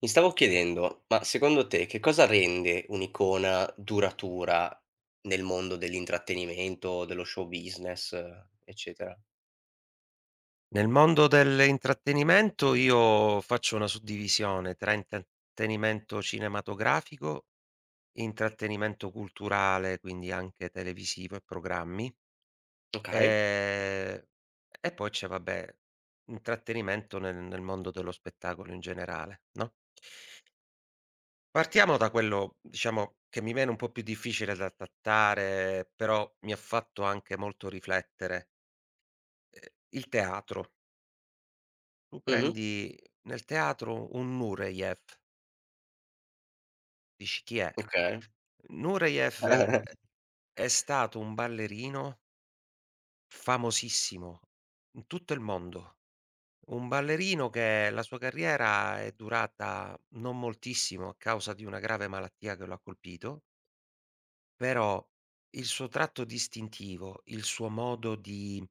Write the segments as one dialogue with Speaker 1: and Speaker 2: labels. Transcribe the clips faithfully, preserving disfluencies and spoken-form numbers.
Speaker 1: Mi stavo chiedendo, ma secondo te che cosa rende un'icona duratura nel mondo dell'intrattenimento, dello show business, eccetera?
Speaker 2: Nel mondo dell'intrattenimento io faccio una suddivisione tra intrattenimento cinematografico, intrattenimento culturale, quindi anche televisivo e programmi.
Speaker 1: Okay.
Speaker 2: ehm, e poi c'è, vabbè, intrattenimento nel nel mondo dello spettacolo in generale, no. Partiamo da quello, diciamo, che mi viene un po' più difficile da trattare, però mi ha fatto anche molto riflettere, ehm, il teatro. Tu
Speaker 1: Mh-mh.
Speaker 2: prendi nel teatro un Nureyev, dici: "Chi è?"
Speaker 1: Okay.
Speaker 2: Nureyev Mh. è stato un ballerino famosissimo in tutto il mondo. Un ballerino che la sua carriera è durata non moltissimo a causa di una grave malattia che lo ha colpito, però il suo tratto distintivo, il suo modo di,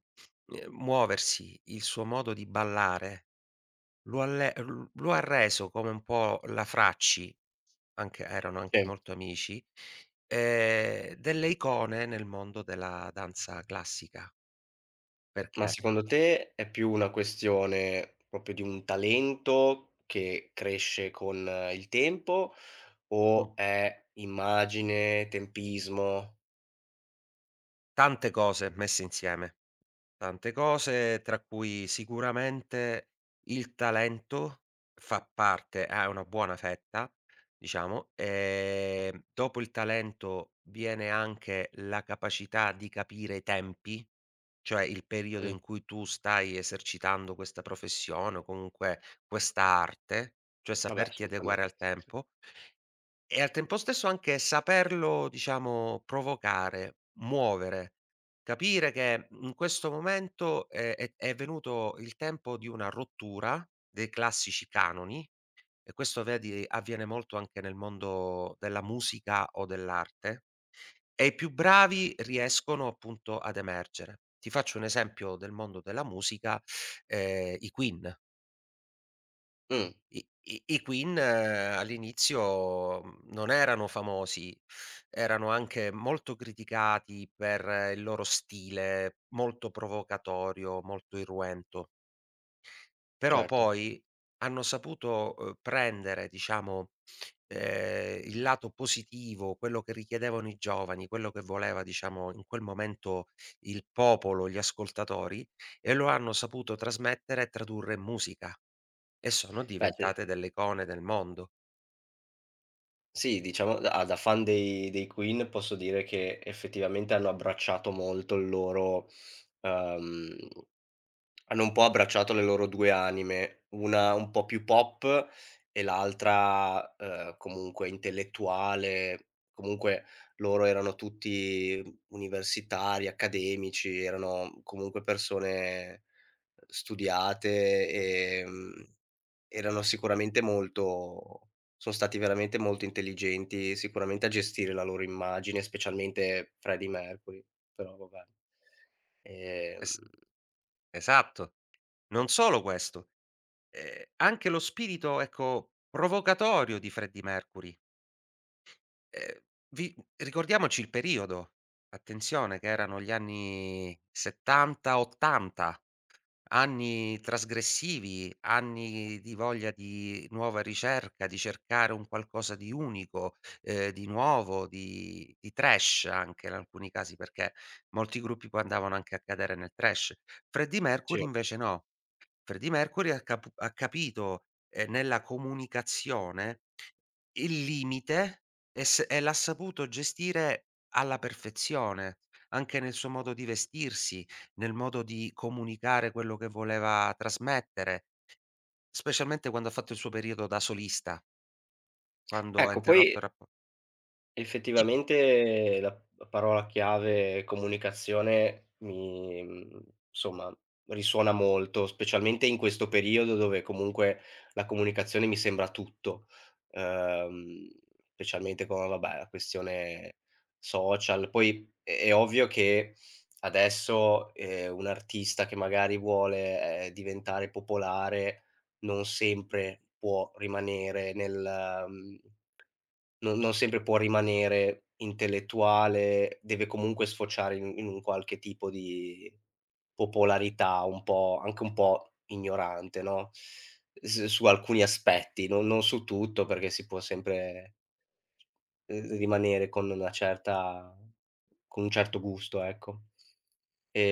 Speaker 2: ehm, muoversi, il suo modo di ballare lo ha le l lo ha reso come un po' la Fracci. Anche erano anche
Speaker 1: Sì.
Speaker 2: molto amici, ehm, delle icone nel mondo della danza classica,
Speaker 1: Ma
Speaker 2: perché
Speaker 1: secondo te è più una questione proprio di un talento che cresce con il tempo
Speaker 2: mh,
Speaker 1: o è immagine, tempismo?
Speaker 2: tante cose messe insieme. Tante cose, tra cui sicuramente il talento fa parte, è una buona fetta, diciamo. Ehm, dopo il talento viene anche la capacità di capire i tempi, cioè il periodo
Speaker 1: Mh,
Speaker 2: in cui tu stai esercitando questa professione o comunque questa arte, cioè
Speaker 1: vabbè
Speaker 2: saperti adeguare
Speaker 1: assolutamente.
Speaker 2: al tempo. E al tempo stesso anche saperlo, diciamo, provocare, muovere, capire che in questo momento è è è venuto il tempo di una rottura dei classici canoni, e questo, vedi, avviene molto anche nel mondo della musica o dell'arte, e i più bravi riescono appunto ad emergere. Ti faccio un esempio del mondo della musica, ehm, i Queen.
Speaker 1: Mh,
Speaker 2: I i i Queen, eh, all'inizio, mhmm, non erano famosi, erano anche molto criticati per, eh, il loro stile molto provocatorio, molto irruento, però
Speaker 1: certo.
Speaker 2: poi hanno saputo, uhm, prendere, diciamo, ehm, il lato positivo, quello che richiedevano i giovani, quello che voleva, diciamo, in quel momento il popolo, gli ascoltatori, e lo hanno saputo trasmettere e tradurre in musica. E sono
Speaker 1: Beh ce
Speaker 2: diventate delle icone del mondo.
Speaker 1: Sì, diciamo da ah, da fan dei dei Queen posso dire che effettivamente hanno abbracciato molto il loro uhm, Hanno un po' abbracciato le loro due anime, una un po' più pop e l'altra, uhm, comunque intellettuale. Comunque loro erano tutti universitari, accademici, erano comunque persone studiate. ehm Erano sicuramente molto son stati veramente molto intelligenti sicuramente a gestire la loro immagine, specialmente Freddie Mercury, però vabbè. Ehm,
Speaker 2: Es Esatto. Non solo questo, ehm, anche lo spirito, ecco, provocatorio di Freddie Mercury. Ehm, vi ricordiamoci il periodo, attenzione che erano gli anni 'settanta, 'ottanta. Anni trasgressivi, anni di voglia di nuova ricerca, di cercare un qualcosa di unico, ehm, di nuovo, di di trash anche in alcuni casi, perché molti gruppi poi andavano anche a cadere nel trash. Freddie Mercury
Speaker 1: sì.
Speaker 2: invece no. Freddie Mercury ha cap ha capito, ehm, nella comunicazione il limite e s e l'ha saputo gestire alla perfezione, anche nel suo modo di vestirsi, nel modo di comunicare quello che voleva trasmettere, specialmente quando ha fatto il suo periodo da solista, quando ha
Speaker 1: Ecco
Speaker 2: interrotto
Speaker 1: poi
Speaker 2: il rappo sì,
Speaker 1: Effettivamente la la parola chiave comunicazione mi mhmm, insomma, risuona molto, specialmente in questo periodo dove comunque la comunicazione mi sembra tutto, uhm, specialmente con vabbè, la questione social. Poi è è ovvio che adesso, ehm, un artista che magari vuole, ehm, diventare popolare non sempre può rimanere nel mhmm, non non sempre può rimanere intellettuale, deve comunque sfociare in in un qualche tipo di popolarità un po' anche un po' ignorante, no, s su alcuni aspetti, non non su tutto, perché si può sempre ehm, rimanere con una certa con un certo gusto, ecco.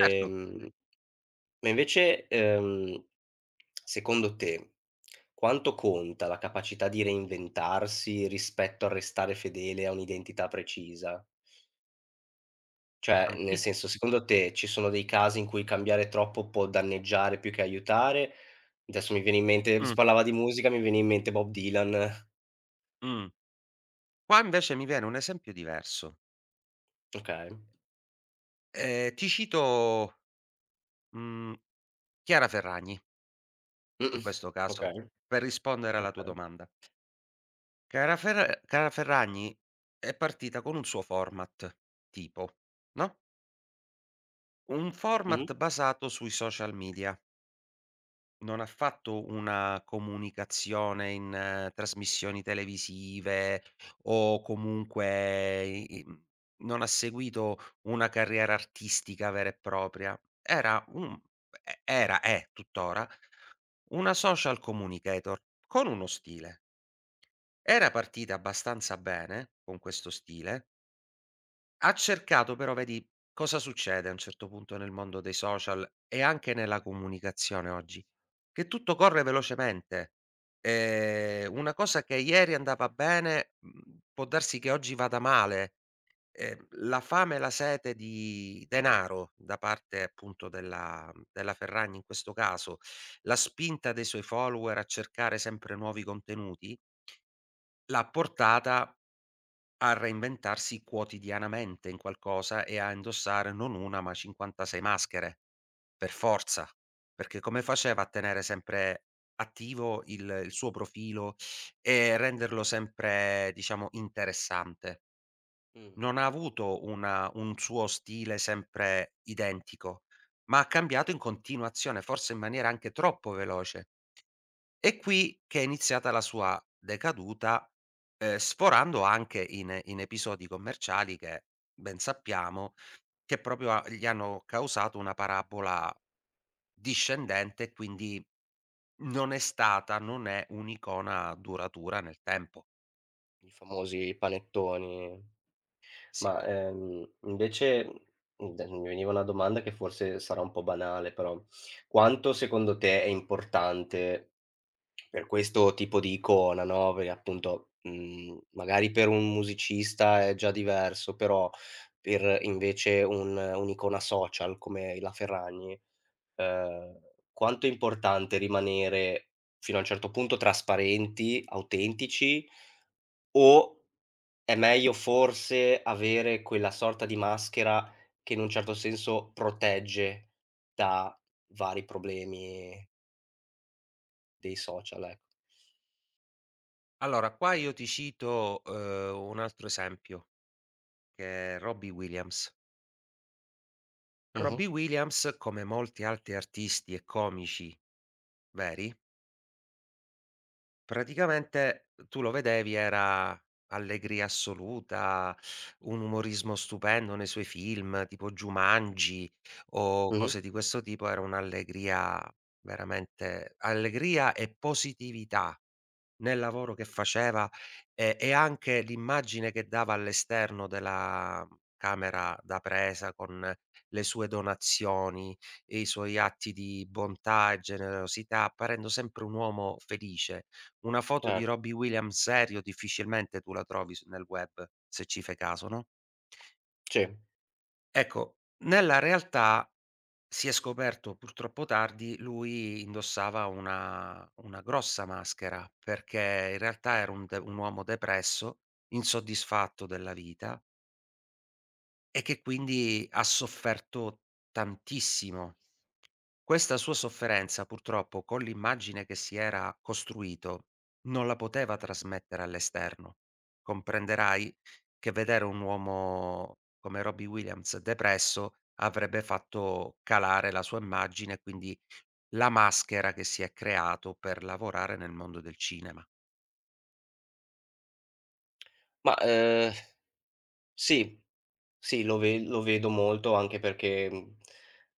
Speaker 2: certo,
Speaker 1: ma invece, ehm, secondo te, quanto conta la capacità di reinventarsi rispetto al restare fedele a un'identità precisa? Cioè, nel
Speaker 2: tantis
Speaker 1: senso, secondo te ci sono dei casi in cui cambiare troppo può danneggiare più che aiutare? Adesso mi viene in mente,
Speaker 2: mh,
Speaker 1: si parlava di musica, mi viene in mente Bob Dylan.
Speaker 2: mh. Qua invece mi viene un esempio diverso.
Speaker 1: Okay.
Speaker 2: Ehm, ti cito, mhmm, Chiara Ferragni. In
Speaker 1: Mh-mh.
Speaker 2: questo caso,
Speaker 1: Okay,
Speaker 2: per rispondere alla tua
Speaker 1: okay.
Speaker 2: domanda, Chiara Ferra Chiara Ferragni è partita con un suo format, tipo, no, un
Speaker 1: Mh-mh.
Speaker 2: format basato sui social media. Non ha fatto una comunicazione in, eh, trasmissioni televisive o comunque i i non ha seguito una carriera artistica vera e propria. Era un e era è tuttora una social communicator con uno stile. Era partita abbastanza bene con questo stile, ha cercato, però vedi cosa succede a un certo punto nel mondo dei social e anche nella comunicazione oggi, che tutto corre velocemente. Ehm, una cosa che ieri andava bene, mhmm, può darsi che oggi vada male. Ehm, la fame e la sete di denaro da parte appunto della della Ferragni in questo caso, la spinta dei suoi follower a cercare sempre nuovi contenuti, l'ha portata a reinventarsi quotidianamente in qualcosa e a indossare non una ma cinquantasei maschere, per forza, perché come faceva a tenere sempre attivo il il suo profilo e renderlo sempre, diciamo, interessante?
Speaker 1: Mh.
Speaker 2: Non ha avuto una, un suo stile sempre identico, ma ha cambiato in continuazione, forse in maniera anche troppo veloce. È qui che è iniziata la sua decaduta, ehm, sforando anche in in episodi commerciali che, ben sappiamo, che proprio a gli hanno causato una parabola discendente e quindi non è stata, non è un'icona duratura nel tempo.
Speaker 1: I famosi panettoni.
Speaker 2: Sì.
Speaker 1: Ma, ehm, invece, mhmm, d mi veniva una domanda che forse sarà un po' banale, però: quanto secondo te è importante per questo tipo di icona, no, perché appunto, mhmm, magari per un musicista è già diverso, però per invece un un'icona social come la Ferragni, ehm, quanto è importante rimanere fino a un certo punto trasparenti, autentici, o è meglio forse avere quella sorta di maschera che in un certo senso protegge da vari problemi dei social, ecco.
Speaker 2: Allora qua io ti cito, uhm, un altro esempio che è Robbie Williams.
Speaker 1: Mh-mh,
Speaker 2: Robbie Williams, come molti altri artisti e comici veri. Praticamente, uhm, tu lo vedevi, era allegria assoluta, un umorismo stupendo nei suoi film, tipo Jumanji o
Speaker 1: mh-mh,
Speaker 2: cose di questo tipo, era un'allegria, veramente allegria e positività. Nel lavoro che faceva, e e anche l'immagine che dava all'esterno della camera da presa con le sue donazioni, e i suoi atti di bontà e generosità, apparendo sempre un uomo felice. Una foto di
Speaker 1: cer
Speaker 2: Robbie Williams serio difficilmente tu la trovi su nel web, se ci fai caso, no,
Speaker 1: sì.
Speaker 2: ecco, nella realtà si è scoperto purtroppo tardi, lui indossava una una grossa maschera, perché in realtà era un de un uomo depresso, insoddisfatto della vita e che quindi ha sofferto tantissimo. Questa sua sofferenza purtroppo con l'immagine che si era costruito non la poteva trasmettere all'esterno. Comprenderai che vedere un uomo come Robbie Williams depresso avrebbe fatto calare la sua immagine e quindi la maschera che si è creato per lavorare nel mondo del cinema.
Speaker 1: Ma, ehm, sì. Sì, lo ve lo vedo molto anche perché, mhmm,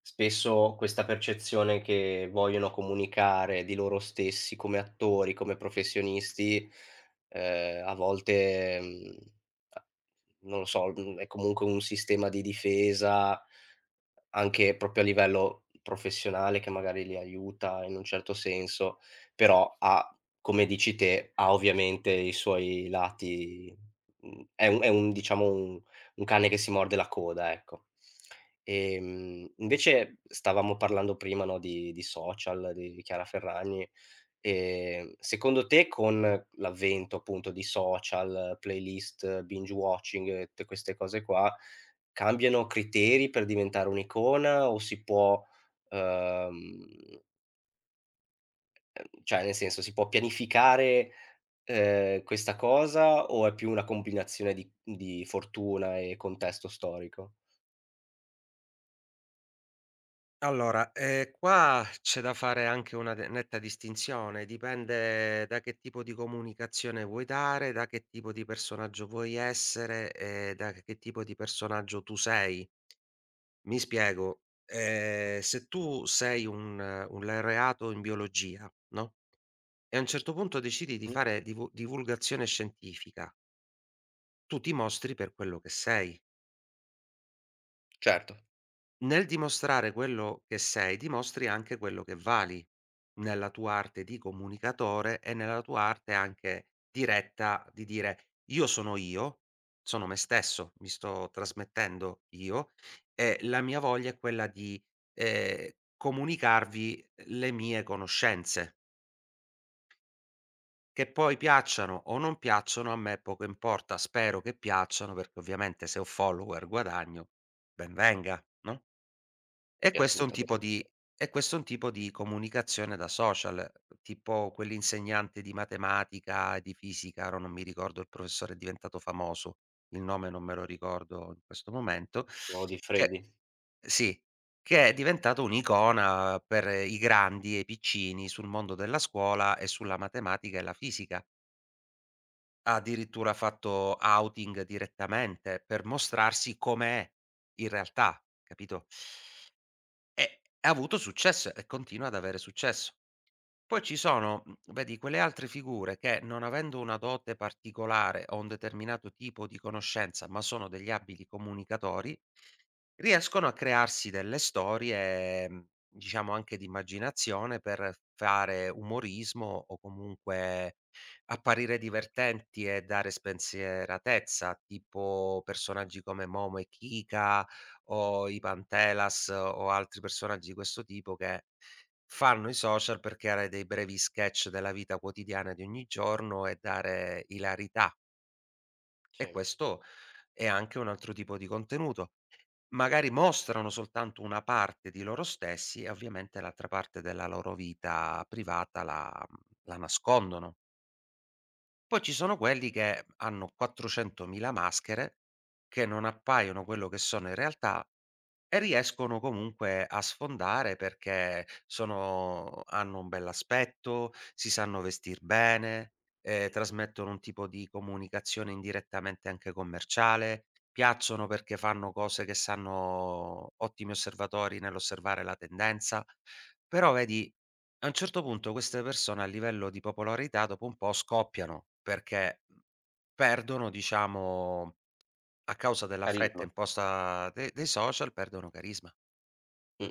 Speaker 1: spesso questa percezione che vogliono comunicare di loro stessi come attori, come professionisti, ehm, a volte, mhmm, a non lo so, mhmm, è comunque un sistema di difesa anche proprio a livello professionale che magari li aiuta in un certo senso, però ha come dici te, ha ovviamente i suoi lati mhmm, È un è un diciamo un un cane che si morde la coda, ecco. Ehm, invece stavamo parlando prima, no, di di social, di di Chiara Ferragni, ehm, secondo te con l'avvento appunto di social, playlist, binge watching e tutte queste cose qua, cambiano criteri per diventare un'icona o si può, ehm, ehm, cioè nel senso si può pianificare, ehm, questa cosa o è più una combinazione di di fortuna e contesto storico?
Speaker 2: Allora, ehm, qua c'è da fare anche una de netta distinzione, dipende da che tipo di comunicazione vuoi dare, da che tipo di personaggio vuoi essere e da che tipo di personaggio tu sei. Mi spiego, ehm, se tu sei un, eh, un laureato in biologia, no, e a un certo punto decidi di
Speaker 1: Mh,
Speaker 2: fare divu divulgazione scientifica, tu ti mostri per quello che sei.
Speaker 1: certo.
Speaker 2: Nel dimostrare quello che sei, dimostri anche quello che vali, nella tua arte di comunicatore e nella tua arte anche diretta di dire: "Io sono io, sono me stesso, mi sto trasmettendo io e la mia voglia è quella di, ehm, comunicarvi le mie conoscenze, che poi piacciano o non piacciono a me poco importa, spero che piacciano perché ovviamente se ho follower guadagno, ben venga", no? E
Speaker 1: Sì,
Speaker 2: questo è un
Speaker 1: assolutamen
Speaker 2: tipo di e questo è un tipo di comunicazione da social, tipo quell'insegnante di matematica e di fisica, ora non mi ricordo, il professore è diventato famoso, il nome non me lo ricordo in questo momento,
Speaker 1: O di
Speaker 2: che
Speaker 1: Freddy,
Speaker 2: sì, che è diventato un'icona per i grandi e i piccini sul mondo della scuola e sulla matematica e la fisica. Ha addirittura fatto outing direttamente per mostrarsi com'è in realtà, capito? E ha avuto successo e continua ad avere successo. Poi ci sono, mhmm, vedi, quelle altre figure che non avendo una dote particolare o un determinato tipo di conoscenza, ma sono degli abili comunicatori, riescono a crearsi delle storie, mhmm, diciamo anche di immaginazione per fare umorismo o comunque apparire divertenti e dare spensieratezza, tipo personaggi come Momo e Kika o i Pantelas o altri personaggi di questo tipo che fanno i social per creare dei brevi sketch della vita quotidiana di ogni giorno e dare ilarità, e
Speaker 1: sì.
Speaker 2: questo è anche un altro tipo di contenuto. Magari mostrano soltanto una parte di loro stessi e ovviamente l'altra parte della loro vita privata la mhmm, la nascondono. Poi ci sono quelli che hanno quattrocentomila maschere, che non appaiono quello che sono in realtà e riescono comunque a sfondare perché sono hanno un bell'aspetto, si sanno vestir bene, ehm, trasmettono un tipo di comunicazione indirettamente anche commerciale, piacciono perché fanno cose che sanno, ottimi osservatori nell'osservare la tendenza. Però vedi, a un certo punto queste persone a livello di popolarità dopo un po' scoppiano, perché mhmm, perdono, diciamo, a causa della fretta
Speaker 1: Carisma.
Speaker 2: imposta de dei social perdono carisma.
Speaker 1: Mh.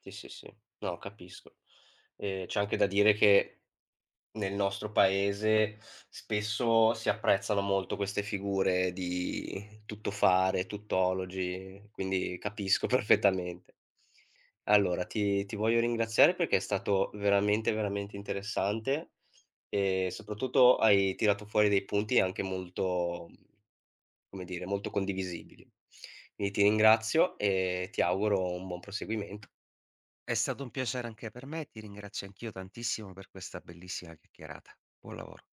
Speaker 1: Sì, sì, sì. No, capisco. Ehm, c'è anche da dire che nel nostro paese spesso si apprezzano molto queste figure di tuttofare, tuttologi, quindi capisco perfettamente. Allora ti ti voglio ringraziare perché è stato veramente, veramente interessante. E soprattutto hai tirato fuori dei punti anche molto mhmm, come dire, molto condivisibili. Quindi ti ringrazio e ti auguro un buon proseguimento.
Speaker 2: È stato un piacere anche per me, ti ringrazio anch'io tantissimo per questa bellissima chiacchierata. Buon lavoro.